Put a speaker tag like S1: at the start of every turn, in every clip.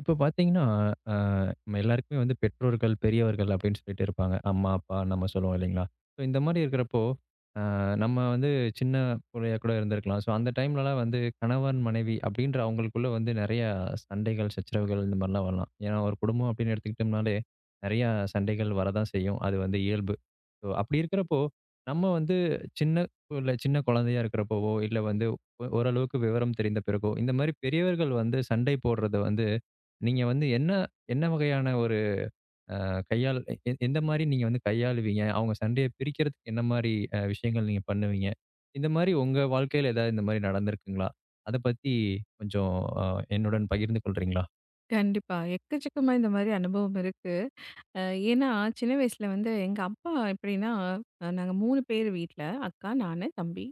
S1: இப்ப பார்த்தீங்கன்னா, அ நம்ம எல்லாருக்குமே வந்து பெற்றோர்கள், பெரியவர்கள் அப்படின்னு சொல்லிட்டு இருப்பாங்க. அம்மா, அப்பா நம்ம சொல்லுவோம் இல்லைங்களா? ஸோ இந்த மாரி இருக்கிறப்போ, அ நம்ம வந்து சின்ன புள்ளையா கூட இருந்திருக்கலாம். ஸோ அந்த டைம்லலாம் வந்து கணவன், மனைவி அப்படின்ற அவங்களுக்குள்ள வந்து நெறைய சண்டைகள், சச்சரவுகள் இந்த மாரிலாம் வரலாம். ஏன்னா ஒரு குடும்பம் அப்படின்னு எடுத்துக்கிட்டோம்னாலே, நெறையா சண்டைகள் வரதான் செய்யும். அது வந்து இயல்பு. ஸோ அப்படி இருக்கிறப்போ, நம்ம வந்து சின்ன சின்ன குழந்தையா இருக்கிறப்போவோ, இல்ல வந்து ஓரளவுக்கு விவரம் தெரிந்த பிறகோ, இந்த மாரி பெரியவர்கள் வந்து சண்டை போடுறத வந்து நீங்க வந்து என்ன என்ன வகையான ஒரு அ கையாள் எ எ எந்த மாரி நீங்க வந்து கையாளுவீங்க? அவங்க சண்டைய பிரிக்கிறதுக்கு என்ன மாரி விஷயங்கள் நீங்க பண்ணுவீங்க? இந்த மாரி உங்க வாழ்க்கையில ஏதாவது இந்த மாரி நடந்திருக்குங்களா? அத பத்தி கொஞ்சம் அ என்னுடன் பகிர்ந்து கொள்றீங்களா?
S2: கண்டிப்பா. எக்கச்சக்கமா இந்த மாரி அனுபவம் இருக்கு. அ ஏன்னா, சின்ன வயசுல வந்து எங்க அப்பா எப்படின்னா, நாங்க 3 பேர் வீட்ல. அக்கா, நானு, தம்பி.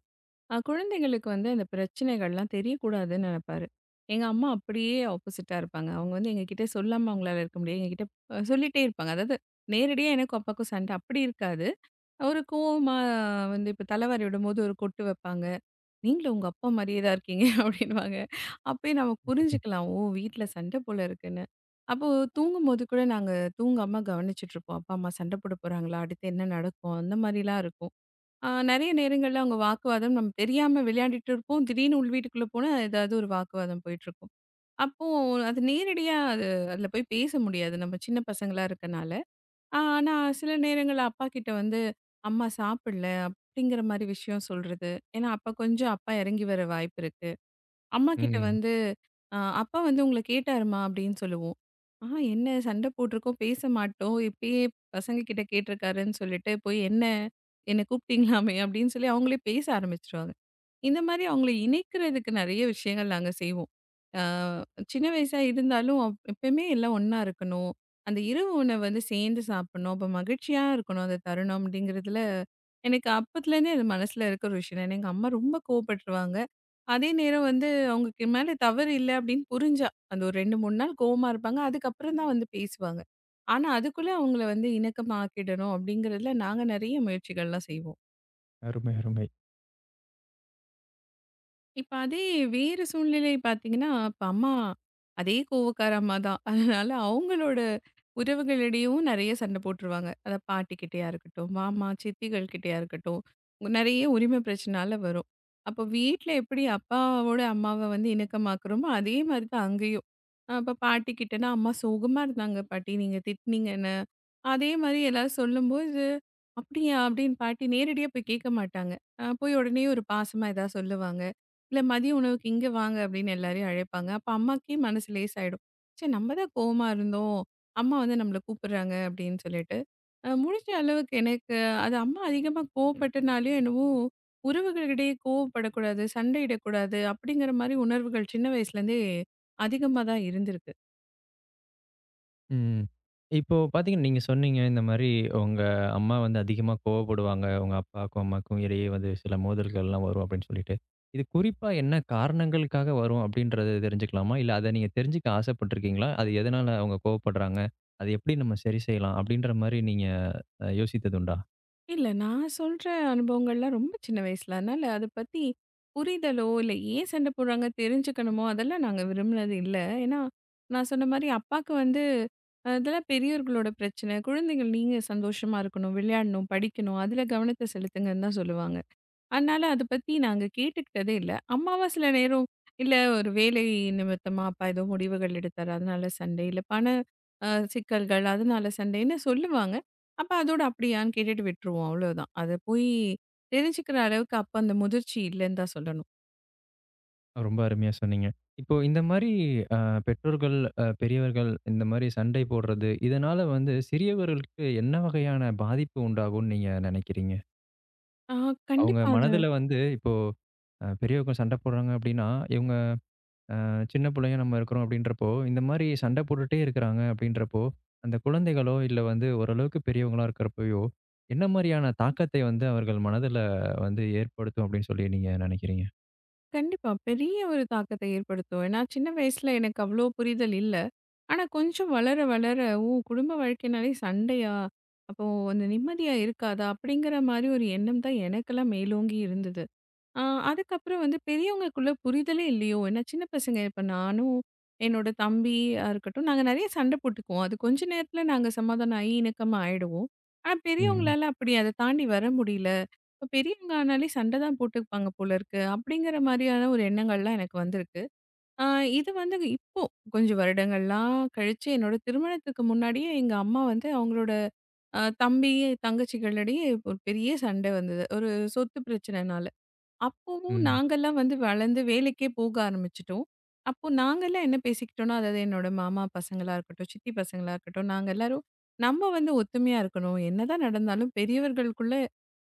S2: குழந்தைங்களுக்கு வந்து அந்த பிரச்சனைகள்லாம் தெரியக்கூடாதுன்னு நெனைப்பாரு. எங்க அம்மா அப்படியே ஆப்போசிட்டா இருப்பாங்க. அவங்க வந்து எங்ககிட்ட சொல்லாம அவங்களால இருக்க முடியாது. எங்ககிட்ட சொல்லிட்டே இருப்பாங்க. அதாவது நேரடியா எனக்கும் அப்பாவுக்கும் சண்டை அப்படி இருக்காது. ஒரு கோவமா வந்து இப்ப தலைவாரி விடும்போது ஒரு கொட்டு வைப்பாங்க. நீங்களும் உங்க அப்பா மாரியே தான் இருக்கீங்க அப்படின்னுவாங்க. அப்பயே நம்ம புரிஞ்சுக்கலாம். ஓ! வீட்ல சண்ட போல இருக்குன்னு. அப்போ தூங்கும்போது கூட நாங்க தூங்காம கவனிச்சுட்ருப்போம். அப்பா, அம்மா சண்ட போட போறாங்களா? அடுத்து என்ன நடக்கும்? அந்த மாரிலாம் இருக்கும். நெறைய நேரங்கள்ல அவங்க வாக்குவாதம் நம்ம தெரியாம விளையாடிட்டு இருப்போம். திடீர்னு உள் வீட்டுக்குள்ள போனா ஏதாவது ஒரு வாக்குவாதம் போயிட்டுருக்கும். அப்போ அது நேரடியா அதில போய் பேச முடியாது. நம்ம சின்ன பசங்களா இருக்கனால. ஆ, ஆனா சில நேரங்கள்ல அப்பாகிட்ட வந்து, "அம்மா சாப்பிடல" அப்படிங்கிற மாரி விஷயம் சொல்றது. ஏன்னா அப்ப கொஞ்சம் அப்பா இறங்கி வர வாய்ப்பு இருக்கு. அம்மாகிட்ட
S1: ம்.
S2: வந்து, "அப்பா வந்து உங்கள கேட்டாருமா?" அப்படின்னு சொல்லுவோம். "ஆ என்ன சண்டை போட்டிருக்கோம், பேச மாட்டோம். இப்பயே பசங்க கிட்ட கேட்டிருக்காருன்னு சொல்லிட்டு, போய் என்ன என்ன கூப்பிட்டீங்களாமே?" அப்படின்னு சொல்லி அவங்களே பேச ஆரம்பிச்சுருவாங்க. இந்த மாரி அவங்கள இணைக்கிறதுக்கு நெறைய விஷயங்கள் நாங்க செய்வோம். அ சின்ன வயசா இருந்தாலும், எப்பயுமே எல்லாம் ஒண்ணா இருக்கணும். அந்த இரவு உணவு வந்து சேர்ந்து சாப்பிடணும். அப்ப மகிழ்ச்சியா இருக்கணும் அந்த தருணம் அப்படிங்கிறதுல, எனக்கு அப்பத்துலேருந்தே அது மனசுல இருக்கிற ஒரு விஷயம். ஏன்னா எங்க அம்மா ரொம்ப கோவப்பட்டுருவாங்க. அதே நேரம் வந்து அவங்களுக்கு மேல தவறு இல்ல அப்படின்னு புரிஞ்சா, அந்த ஒரு 2, 3 நாள் கோவமா இருப்பாங்க. அதுக்கப்புறம் தான் வந்து பேசுவாங்க. ஆனா, அதுக்குள்ள அவங்கள வந்து இணக்கமாக்கிடணும் அப்படிங்கிறதுல நாங்க நெறைய முயற்சிகள்லாம் செய்வோம்.
S1: அருமை, அருமை.
S2: இப்ப அதே வேறு சூழ்நிலை பார்த்தீங்கன்னா, இப்ப அம்மா அதே கோவக்கார அம்மா தான். அதனால அவங்களோட உறவுகளிடையும் நெறைய சண்டை போட்டுருவாங்க. அத பாட்டிக்கிட்டயா இருக்கட்டும், மாமா, சித்திகள் கிட்டயா இருக்கட்டும், நெறைய உரிமை பிரச்சனால வரும். அப்போ வீட்ல எப்படி அப்பாவோட அம்மாவ வந்து இணக்கமாக்குறோமோ, அதே மாரி தான் அங்கேயும். இப்ப பாட்டிக்கிட்டனா, "அம்மா சோகமா இருந்தாங்க பாட்டி, நீங்க திட்டுனீங்க என்ன?" அதே மாரி எல்லாரும் சொல்லும்போது, "அப்படியா?" அப்படின்னு பாட்டி நேரடியா போய் கேட்க மாட்டாங்க. போய் உடனே ஒரு பாசமா ஏதாவது சொல்லுவாங்க. இல்ல மதிய உணவுக்கு இங்க வாங்க அப்படின்னு எல்லாரையும் அழைப்பாங்க. அப்ப அம்மாக்கே மனசு லேசாயிடும். சரி நம்ம தான் கோவமா இருந்தோம். அம்மா வந்து நம்மள கூப்பிடுறாங்க அப்படின்னு சொல்லிட்டு. முடிஞ்ச அளவுக்கு எனக்கு அது அம்மா அதிகமா கோவப்பட்டனாலயோ என்னவோ, உறவுகளிடையே கோவப்படக்கூடாது, சண்டையிடக்கூடாது அப்படிங்கிற மாரி உணர்வுகள் சின்ன வயசுலேருந்தே அதிகமா தான் இருந்திருக்கு.
S1: ம். இப்போ பார்த்தீங்கன்னா, நீங்க சொன்னீங்க இந்த மாரி உங்க அம்மா வந்து அதிகமா கோவப்படுவாங்க. உங்க அப்பாவுக்கும், அம்மாவுக்கும் இடையே வந்து சில மோதல்கள்லாம் வரும் அப்படின்னு சொல்லிட்டு. இது குறிப்பா என்ன காரணங்களுக்காக வரும் அப்படின்றத தெரிஞ்சுக்கலாமா? இல்ல அத நீங்க தெரிஞ்சுக்க ஆசைப்பட்டுருக்கீங்களா? அது எதனால அவங்க கோவப்படுறாங்க? அது எப்படி நம்ம சரி செய்யலாம்? அப்படின்ற மாரி நீங்க யோசித்ததுண்டா?
S2: இல்ல. நான் சொல்ற அனுபவங்கள்லாம் ரொம்ப சின்ன வயசுல. அதனால அத பத்தி புரிதலோ, இல்ல ஏன் சண்டை போடுறாங்க தெரிஞ்சுக்கணுமோ, அதெல்லாம் நாங்க விரும்பினது இல்ல. ஏன்னா, நான் சொன்ன மாரி அப்பாக்கு வந்து இதெல்லாம் பெரியவர்களோட பிரச்சனை. குழந்தைகள் நீங்க சந்தோஷமா இருக்கணும், விளையாடணும், படிக்கணும், அதில கவனத்த செலுத்துங்கன்னு தான் சொல்லுவாங்க. அதனால அத பத்தி நாங்க கேட்டுக்கிட்டதே இல்ல. அம்மாவா சில நேரம் இல்ல ஒரு வேலை நிமித்தமா அப்பா ஏதோ முடிவுகள் எடுத்தாரு. அதனால சண்டை. இல்ல பண சிக்கல்கள் அதனால சண்டைன்னு சொல்லுவாங்க. அப்ப அதோட அப்படியான்னு கேட்டுட்டு விட்டுருவோம். அவ்வளோதான். அத போய் தெரிஞ்சுக்கிற அளவுக்கு அப்ப அந்த முதிர்ச்சி இல்லன்னு தான் சொல்லணும்.
S1: ரொம்ப அருமையா சொன்னீங்க. இப்போ இந்த மாரி அ பெற்றோர்கள், பெரியவர்கள் இந்த மாரி சண்டை போடுறது, இதனால வந்து சிறியவர்களுக்கு என்ன வகையான பாதிப்பு உண்டாகும்னு நீங்க நினைக்கிறீங்க?
S2: ஆ
S1: அவங்க
S2: கண்டிப்பா அது
S1: மனதுல வந்து இப்போ பெரியவங்க சண்டை போடுறாங்க அப்டின்னா, இவங்க சின்ன பிள்ளைங்க நம்ம இருக்கிறோம் அப்டின்றப்போ, இந்த மாரி சண்டை போட்டுட்டே இருக்கிறாங்க அப்டின்றப்போ, அந்த குழந்தைகளோ இல்ல வந்து ஓரளவுக்கு பெரியவங்களா இருக்கிறப்பயோ, என்ன மாரியான தாக்கத்தை வந்து அவர்கள் மனதுல வந்து ஏற்படுத்தும் அப்டின்னு சொல்லி நீங்க நினைக்கிறீங்க?
S2: கண்டிப்பா பெரிய ஒரு தாக்கத்த ஏற்படுத்தும். ஏன்னா சின்ன வயசுல எனக்கு அவ்வளோ புரிதல் இல்ல. ஆனா, கொஞ்சம் வளர, வளர, ஓ! குடும்ப வாழ்க்கைனாலே சண்டையா? அப்போ அந்த நிம்மதியா இருக்காதா? அப்படிங்கிற மாரி ஒரு எண்ணம் தான் எனக்கெல்லாம் மேலோங்கி இருந்தது. ஆ அதுக்கப்புறம் வந்து பெரியவங்கக்குள்ள புரிதலே இல்லையோ! ஏன்னா சின்ன பசங்க இப்ப நானும், என்னோட தம்பியா இருக்கட்டும், நாங்க நெறைய சண்டை போட்டுக்குவோம். அது கொஞ்ச நேரத்துல நாங்க சமாதானம் ஆயி இணக்கமா ஆயிடுவோம். ஆனா
S1: ம்.
S2: பெரியவங்களால அப்படி அத தாண்டி வர முடியல. இப்ப பெரியவங்க ஆனாலே சண்டை தான் போட்டுப்பாங்க போல இருக்கு. அப்படிங்கிற மாரியான ஒரு எண்ணங்கள்லாம் எனக்கு வந்திருக்கு. ஆ இது வந்து இப்போ கொஞ்சம் வருடங்கள்லாம் கழிச்சு என்னோட திருமணத்துக்கு முன்னாடியே எங்க அம்மா வந்து அவங்களோட தம்பி, தங்கச்சிகளிடையே ஒரு பெரிய சண்டை வந்தது. ஒரு சொத்து பிரச்சனைனால. அப்பவும்
S1: ம்.
S2: நாங்கலாம் வந்து வளர்ந்து வேலைக்கே போக ஆரம்பிச்சுட்டோம். அப்போ நாங்கலாம் என்ன பேசிக்கிட்டோம்னா, அதாவது என்னோட மாமா பசங்களா இருக்கட்டும், சித்தி பசங்களா இருக்கட்டும், நாங்க எல்லாரும் நம்ம வந்து ஒத்துமையா இருக்கணும். என்னதான் நடந்தாலும் பெரியவர்களுக்குள்ள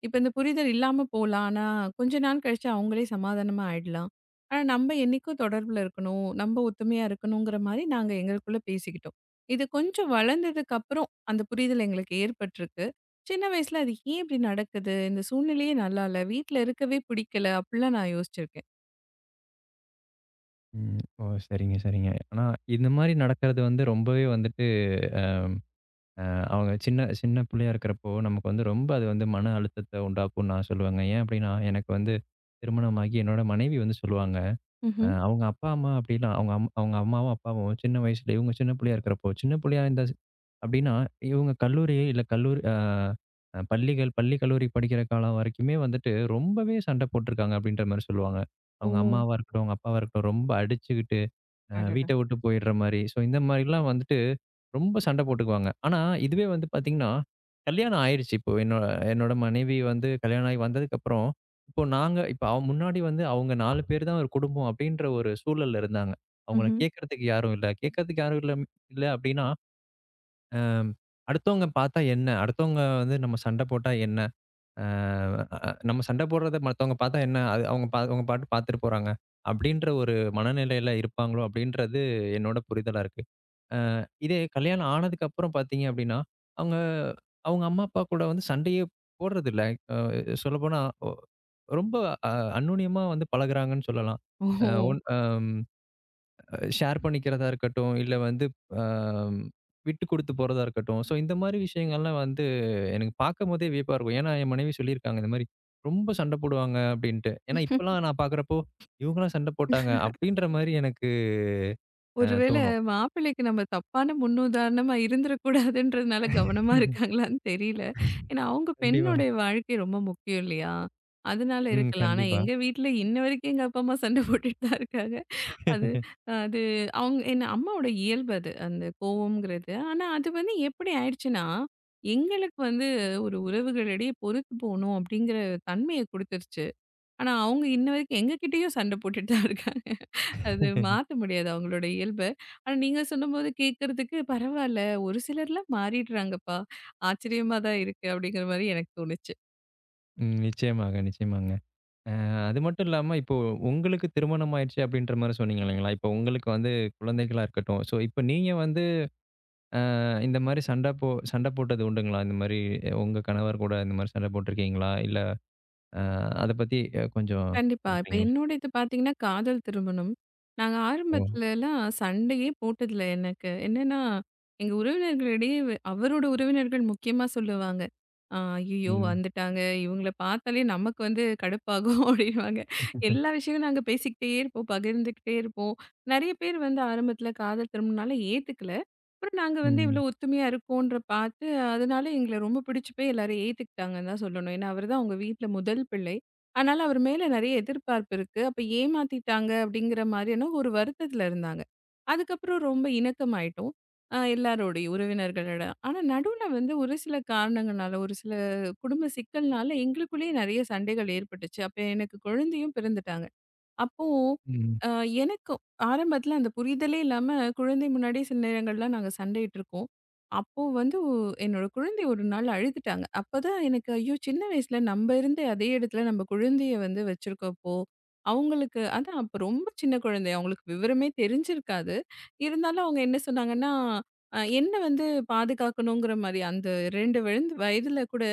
S2: இப்ப இந்த புரிதல் இல்லாம போலாம். ஆனா, கொஞ்ச நாள் கழிச்சு அவங்களே சமாதானமா ஆயிடலாம். ஆனா, நம்ம என்னைக்கும் தொடர்புல இருக்கணும். நம்ம ஒத்துமையா இருக்கணுங்கிற மாரி நாங்க எங்களுக்குள்ள பேசிக்கிட்டோம். இது கொஞ்சம் வளர்ந்ததுக்கு அப்புறம் அந்த புரிதல் எங்களுக்கு ஏற்பட்டிருக்கு. சின்ன வயசுல அது ஏன் இப்படி நடக்குது? இந்த சூழ்நிலையே நல்லா இல்ல. வீட்ல இருக்கவே பிடிக்கல. அப்படிலாம் நான் யோசிச்சிருக்கேன்.
S1: ம். ஓ! சரிங்க, சரிங்க. ஆனா இந்த மாரி நடக்கிறது வந்து ரொம்பவே வந்துட்டு அ அவங்க சின்ன சின்ன பிள்ளையா இருக்கிறப்போ, நமக்கு வந்து ரொம்ப அது வந்து மன அழுத்தத்த உண்டாக்கும்னு நான் சொல்லுவேங்க. ஏன் அப்டின்னா, எனக்கு வந்து திருமணமாகி என்னோட மனைவி வந்து சொல்லுவாங்க.
S2: ம்ஹ்ம்.
S1: அவங்க அப்பா, அம்மா அப்படிலாம் அவங்க அம்மாவும், அப்பாவும் சின்ன வயசுல இவங்க சின்ன புள்ளையா இருக்கிறப்போ, சின்ன புள்ளையா இருந்தா ஸ் அப்படின்னா, இவங்க கல்லூரி இல்ல கல்லூரி அ அ பள்ளிகள், பள்ளி, கல்லூரி படிக்கிற காலம் வரைக்குமே வந்துட்டு ரொம்பவே சண்டை போட்டுருக்காங்க அப்படின்ற மாரி சொல்லுவாங்க.
S2: ஓ!
S1: அவங்க அம்மாவா இருக்கட்டும், அவங்க அப்பாவா இருக்கட்டும் ரொம்ப அடிச்சுக்கிட்டு,
S2: அடடா!
S1: வீட்ட விட்டு போயிடுற மாரி. ஸோ இந்த மாரிலாம் வந்துட்டு ரொம்ப சண்டை போட்டுக்குவாங்க. ஆனா, இதுவே வந்து பார்த்தீங்கன்னா, கல்யாணம் ஆயிருச்சு. இப்போ என்னோட என்னோட மனைவி வந்து கல்யாணம் ஆகி வந்ததுக்கப்புறம், இப்போ நாங்க இப்ப அவ முன்னாடி வந்து அவங்க 4 பேர் தான் ஒரு குடும்பம் அப்டின்ற ஒரு சூழல்ல இருந்தாங்க. அவங்கள
S2: ம்ஹ்ம்.
S1: கேட்கறதுக்கு யாரும் இல்ல. கேட்கறதுக்கு யாரும் இல்ல இல்ல அப்டின்னா, அ அடுத்தவங்க பார்த்தா என்ன? அடுத்தவங்க வந்து நம்ம சண்டை போட்டா என்ன? அ அ நம்ம சண்டை போடுறத மத்தவங்க பார்த்தா என்ன? அது அவங்க பாட்டு பார்த்துட்டு போறாங்க. அப்டின்ற ஒரு மனநிலையில இருப்பாங்களோ அப்டின்றது என்னோட புரிதலா இருக்கு. அ இதே கல்யாணம் ஆனதுக்கு அப்புறம் பார்த்தீங்க அப்படின்னா, அவங்க அவங்க அம்மா, அப்பா கூட வந்து சண்டையே போடுறதில்ல. அ சொல்லப்போனா ஒ ரொம்ப அ அந்யோன்யமா வந்து பழகுறாங்கன்னு சொல்லலாம். அ
S2: ஓ!
S1: ஒன் அ ஷேர் பண்ணிக்கிறதா இருக்கட்டும், இல்ல வந்து அ விட்டு குடுத்து போறதா இருக்கட்டும். ஸோ இந்த மாரி விஷயங்கள்லாம் வந்து எனக்கு பார்க்கும்போதே வியப்பா இருக்கும். ஏன்னா, என் மனைவி சொல்லியிருக்காங்க இந்த மாரி, "ரொம்ப சண்டை போடுவாங்க" அப்படின்ட்டு. ஏன்னா இப்பலாம் நான் பார்க்குறப்போ, "இவங்கலாம் சண்டை போட்டாங்க" அப்படின்ற மாரி எனக்கு
S2: ஒருவேளை
S1: தோணும்.
S2: மாப்பிள்ளைக்கு நம்ம தப்பான முன்னுதாரணமா இருந்துறக்கூடாதுன்றதுனால கவனமா இருக்காங்களான்னு தெரியல. ஏன்னா, அவங்க
S1: கண்டிப்பா.
S2: பெண்ணுடைய வாழ்க்கை ரொம்ப முக்கியம் இல்லையா? அதனால
S1: ம்.
S2: இருக்கலாம். ஆனா
S1: கண்டிப்பா.
S2: எங்க வீட்ல இன்ன வரைக்கும் எங்க அப்பா, அம்மா சண்டை போட்டுட்டு தான் இருக்காங்க. அது அது அவங்க என்ன அம்மாவோட இயல்பு அது. அந்த கோவம்ங்கிறது. ஆனா, அது வந்து எப்படி ஆயிடுச்சுன்னா, எங்களுக்கு வந்து ஒரு உறவுகளிடையே பொறுத்து போணும் அப்படிங்கிற தன்மைய குடுத்துருச்சு. ஆனா, அவங்க இன்ன வரைக்கும் எங்ககிட்டயும் சண்டை போட்டுட்டு தான் இருக்காங்க. அது மாத்த முடியாது அவங்களோட இயல்ப. ஆனா, நீங்க சொன்னம்போது கேட்கறதுக்கு பரவால்ல. ஒரு சிலர்லாம் மாறிடுறாங்கப்பா. ஆச்சரியமா தான் இருக்கு அப்படிங்கிற மாரி எனக்கு தோணுச்சு.
S1: ம். நிச்சயமாக, நிச்சயமாங்க. அ அது மட்டும் இல்லாம, இப்போ உங்களுக்கு திருமணம் ஆயிடுச்சு அப்படின்ற மாரி சொன்னீங்க இல்லைங்களா? இப்போ உங்களுக்கு வந்து குழந்தைகளா இருக்கட்டும். ஸோ, இப்போ நீங்க வந்து இந்த மாரி சண்டை போட்டது உண்டுங்களா? இந்த மாரி உங்க கணவர் கூட இந்த மாரி சண்டை போட்டுருக்கீங்களா? இல்ல அ அத பத்தி கொஞ்சம்
S2: கண்டிப்பா. இப்ப
S1: சொல்றீங்களா?
S2: என்னோட இது பார்த்தீங்கன்னா, காதல் திருமணம். நாங்க
S1: ஓ!
S2: ஆரம்பத்துலலாம் சண்டையே போட்டதில்ல எனக்கு. என்னன்னா, எங்க உறவினர்களிடையே அவரோட உறவினர்கள் முக்கியமா சொல்லுவாங்க. "ஆ ஐயய்யோ!
S1: ம்.
S2: வந்துட்டாங்க. இவங்கள பார்த்தாலே நமக்கு வந்து கடுப்பாகும்" அப்படின்னுவாங்க. எல்லா விஷயமும் நாங்க பேசிக்கிட்டே இருப்போம், பகிர்ந்துக்கிட்டே இருப்போம். நெறைய பேர் வந்து ஆரம்பத்துல காதல் திருமணம்னால ஏத்துக்கல. அப்புறம் நாங்க வந்து
S1: ம்.
S2: இவ்ளோ ஒத்துமையா இருக்கோன்ற பார்த்து, அதனால எங்கள ரொம்ப பிடிச்சு போய் எல்லாரும் ஏத்துக்கிட்டாங்கன்னு தான் சொல்லணும். ஏன்னா, அவரு தான் அவங்க வீட்ல முதல் பிள்ளை. அதனால அவர் மேல நெறைய எதிர்பார்ப்பு இருக்கு. அப்ப ஏமாத்திட்டாங்க அப்படிங்கிற மாரியான ஒரு வருத்தத்துல இருந்தாங்க. அதுக்கப்புறம் ரொம்ப இணக்கமாயிட்டோம். எல்லாரோடயும் உறவினர்களோட. ஆனா நடுவுல வந்து ஒரு சில காரணங்கனால, ஒரு சில குடும்ப சிக்கல்னால எங்களுக்குள்ளேயே நெறைய சண்டைகள் ஏற்பட்டுச்சு. அப்ப எனக்கு குழந்தையும் பிறந்துட்டாங்க. அப்போ,
S1: ம்.
S2: அ எனக்கு ஆரம்பத்தில அந்த புரிதலே இல்லாம, குழந்தை முன்னாடி சில நேரங்கள்லாம் நாங்க சண்டையிட்டுருக்கோம். அப்போ வந்து என்னோட குழந்தை ஒரு நாள் அழுதுட்டாங்க. அப்பதான் எனக்கு ஐயோ! சின்ன வயசுல நம்ம இருந்த அதே இடத்துல நம்ம குழந்தைய வந்து வச்சிருக்கோம் இப்போ. அவங்களுக்கு அதான் அப்ப ரொம்ப சின்ன குழந்தை. அவங்களுக்கு விவரமே தெரிஞ்சிருக்காது. இருந்தாலும் அவங்க என்ன சொன்னாங்கன்னா, என்ன வந்து பாதுகாக்கணுங்கிற மாரி அந்த 2 விழுந்து வயதில கூட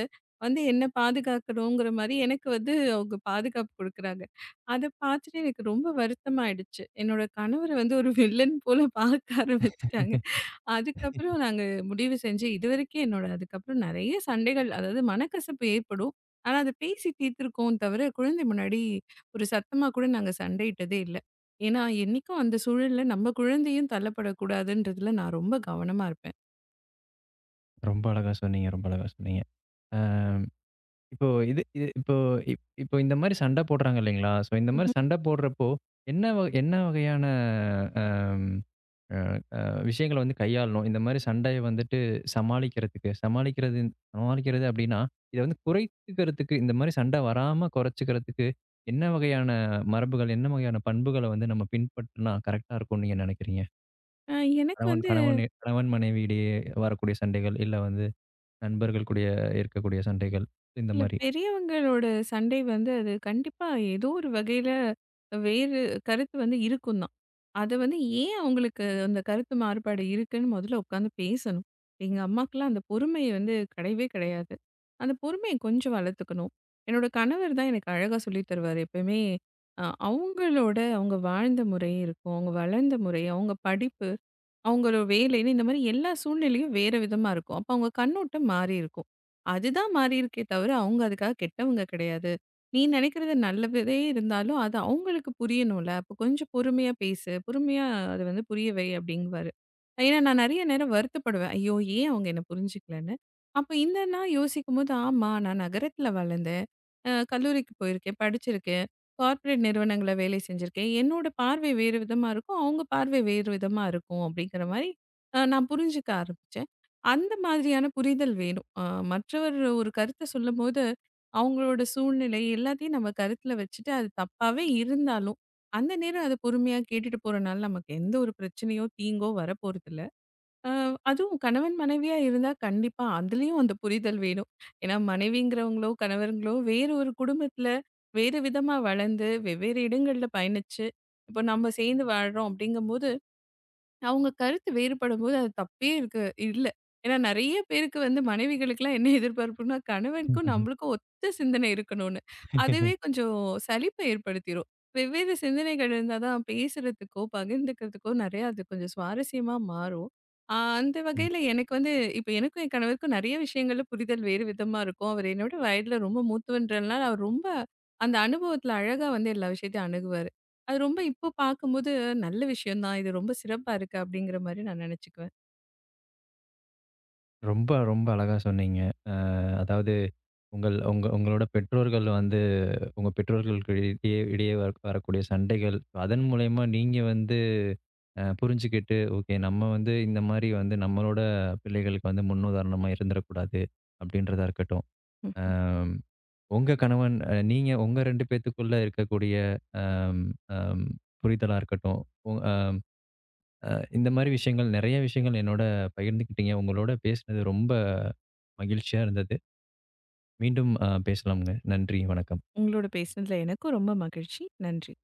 S2: வந்து என்ன பாதுகாக்கணுங்கிற மாரி எனக்கு வந்து அவங்க பாதுகாப்பு குடுக்குறாங்க. அத பார்த்துட்டு எனக்கு ரொம்ப வருத்தமாயிடுச்சு. என்னோட கணவர வந்து ஒரு வில்லன் போல பார்க்க ஆரம்பிச்சுட்டாங்க. அதுக்கப்புறம் நாங்க முடிவு செஞ்சு இதுவரைக்கும் என்னோட அதுக்கப்புறம் நெறைய சண்டைகள் அதாவது மனக்கசப்பு ஏற்படும். ஆனா அத பேசி தீர்த்துருக்கோம் தவிர, குழந்தை முன்னாடி ஒரு சத்தமா கூட நாங்க சண்டையிட்டதே இல்ல. ஏன்னா, என்னைக்கும் அந்த சூழல்ல நம்ம குழந்தையும் தள்ளப்படக்கூடாதுன்றதுல நான் ரொம்ப கவனமா இருப்பேன்.
S1: ரொம்ப அழகா சொன்னீங்க, ரொம்ப அழகா சொன்னீங்க. அ இப்போ இது இது இப்போ இப் இப்போ இந்த மாரி சண்டை போடுறாங்க இல்லைங்களா? ஸோ, இந்த மாரி
S2: ம்ஹ்ம்.
S1: சண்டை போடுறப்போ என்ன வகையான அம் அ விஷயங்கள வந்து கையாளணும். இந்த மாரி சண்டைய வந்துட்டு சமாளிக்கிறதுக்கு, சமாளிக்கிறது சமாளிக்கிறது அப்படின்னா, இத வந்து குறைத்துக்கிறதுக்கு, இந்த மாரி சண்டை வராம குறைச்சுக்கிறதுக்கு என்ன வகையான மரபுகள், என்ன வகையான பண்புகள வந்து நம்ம பின்பற்றினா கரெக்ட்டா இருக்கும்னு நீங்க நினைக்கிறீங்க?
S2: அ எனக்கு
S1: கணவன்
S2: வந்து
S1: கணவன் கணவன் மனைவியிடையே வரக்கூடிய சண்டைகள், இல்ல வந்து நண்பர்கள் கூடய இருக்கக்கூடிய சண்டைகள், இந்த
S2: இல்ல
S1: மாரி.
S2: பெரியவங்களோட சண்டை வந்து அது கண்டிப்பா ஏதோ ஒரு வகையில வேறு கருத்து வந்து இருக்கும் தான். அதை வந்து ஏன் அவங்களுக்கு அந்த கருத்து மாறுபாடு இருக்குன்னு முதல்ல உட்காந்து பேசணும். எங்க அம்மாக்கெல்லாம் அந்த பொறுமை வந்து கிடையவே கிடையாது. அந்த பொறுமையை கொஞ்சம் வளர்த்துக்கணும். என்னோட கணவர் தான் எனக்கு அழகா சொல்லித் தருவார் எப்பயுமே. அவங்க வாழ்ந்த முறை இருக்கும், அவங்க வளர்ந்த முறை, அவங்க படிப்பு, அவங்களோட வேலைன்னு இந்த மாதிரி எல்லா சூழ்நிலையும் வேற விதமா இருக்கும். அப்போ அவங்க கண்ணோட்டம் மாறி இருக்கும். அதுதான் மாறியிருக்கே தவிர, அவங்க அதுக்காக கெட்டவங்க கிடையாது. நீ நினைக்கிறது நல்லதே இருந்தாலும், அது அவங்களுக்கு புரியணும்ல. அப்போ கொஞ்சம் பொறுமையா பேசு, பொறுமையா அத வந்து புரிய வை அப்படிங்குவாரு. ஏன்னா, நான் நெறைய நேரம் வருத்தப்படுவேன். ஐயோ! ஏன் அவங்க என்ன புரிஞ்சுக்கலன்னு. அப்ப இந்த நான் யோசிக்கும்போது, ஆமா நான் நகரத்தில வளர்ந்தேன். கல்லூரிக்கு போயிருக்கேன், படிச்சிருக்கேன். கார்ப்பரேட் நிறுவனங்கள்ல வேலை செஞ்சிருக்கேன். என்னோட பார்வை வேறு விதமா இருக்கும். அவங்க பார்வை வேறு விதமா இருக்கும் அப்படிங்கிற மாரி நான் புரிஞ்சுக்க ஆரம்பிச்சேன். அந்த மாதிரியான புரிதல் வேணும். மற்றவர் ஒரு கருத்த சொல்லும்போது, அவங்களோட சூழ்நிலை எல்லாத்தையும் நம்ம கருத்துல வச்சுட்டு, அது தப்பாவே இருந்தாலும், அந்த நேரம் அத பொறுமையா கேட்டுட்டு போறனால நமக்கு எந்த ஒரு பிரச்சனையோ, தீங்கோ வரப்போறதில்ல. அ அதுவும் கணவன், மனைவியா இருந்தா கண்டிப்பா அதுலயும் அந்த புரிதல் வேணும். ஏன்னா மனைவிங்கிறவங்களோ, கணவருங்களோ வேற ஒரு குடும்பத்துல வேறு விதமா வளர்ந்து, வெவ்வேறு இடங்கள்ல பயணிச்சு, இப்போ நம்ம சேர்ந்து வாழ்றோம் அப்படிங்கும்போது அவங்க கருத்து வேறுபடும்போது அது தப்பே இருக்கு இல்ல. ஏன்னா நெறைய பேருக்கு வந்து மனைவிகளுக்கெல்லாம் என்ன எதிர்பார்ப்புன்னா, கணவனுக்கும் நம்மளுக்கும் ஒத்த சிந்தனை இருக்கணும்னு. அதுவே கொஞ்சம் சலிப்ப ஏற்படுத்திரும். வெவ்வேறு சிந்தனைகள் இருந்தா தான் பேசுறதுக்கோ, பகிர்ந்துக்கிறதுக்கோ நெறையா அது கொஞ்சம் சுவாரஸ்யமா மாறும். அந்த வகையில எனக்கு வந்து இப்ப எனக்கும் என் கணவருக்கும் நெறைய விஷயங்கள்ல புரிதல் வேறு விதமா இருக்கும். அவரு என்னை விட வயதில ரொம்ப மூத்தவன்றதுனால, அவர் ரொம்ப அந்த அனுபவத்தில அழகா வந்து எல்லா விஷயத்தையும் அணுகுவாரு. அது ரொம்ப இப்போ பார்க்கும்போது நல்ல விஷயம் தான். இது ரொம்ப சிறப்பா இருக்கு அப்படிங்கிற மாரி நான் நெனச்சுக்குவேன்.
S1: ரொம்ப ரொம்ப அழகா சொன்னீங்க. அ அதாவது உங்கள் உங்க உங்களோட பெற்றோர்கள் வந்து உங்க பெற்றோர்களுக்கு இடையே இடையே வரக்கூடிய சண்டைகள், அதன் மூலியமா நீங்க வந்து புரிஞ்சுகிட்டு, ஓகே நம்ம வந்து இந்த மாரி வந்து நம்மளோட பிள்ளைகளுக்கு வந்து முன்னுதாரணமா இருந்துறக்கூடாது, அப்படின்றதா இருக்கட்டும்.
S2: ம்.
S1: அம் உங்க கணவன் நீங்க உங்க 2 பேத்துக்குள்ள இருக்கக்கூடிய அம் அம் புரிதலா இருக்கட்டும். உ அ அ இந்த மாரி விஷயங்கள் நெறைய விஷயங்கள் என்னோட பகிர்ந்துக்கிட்டீங்க. உங்களோட பேசினது ரொம்ப மகிழ்ச்சியா இருந்தது. மீண்டும் பேசலாம்ங்க. நன்றி, வணக்கம்.
S2: உங்களோட பேசினதுல எனக்கும் ரொம்ப மகிழ்ச்சி. நன்றி.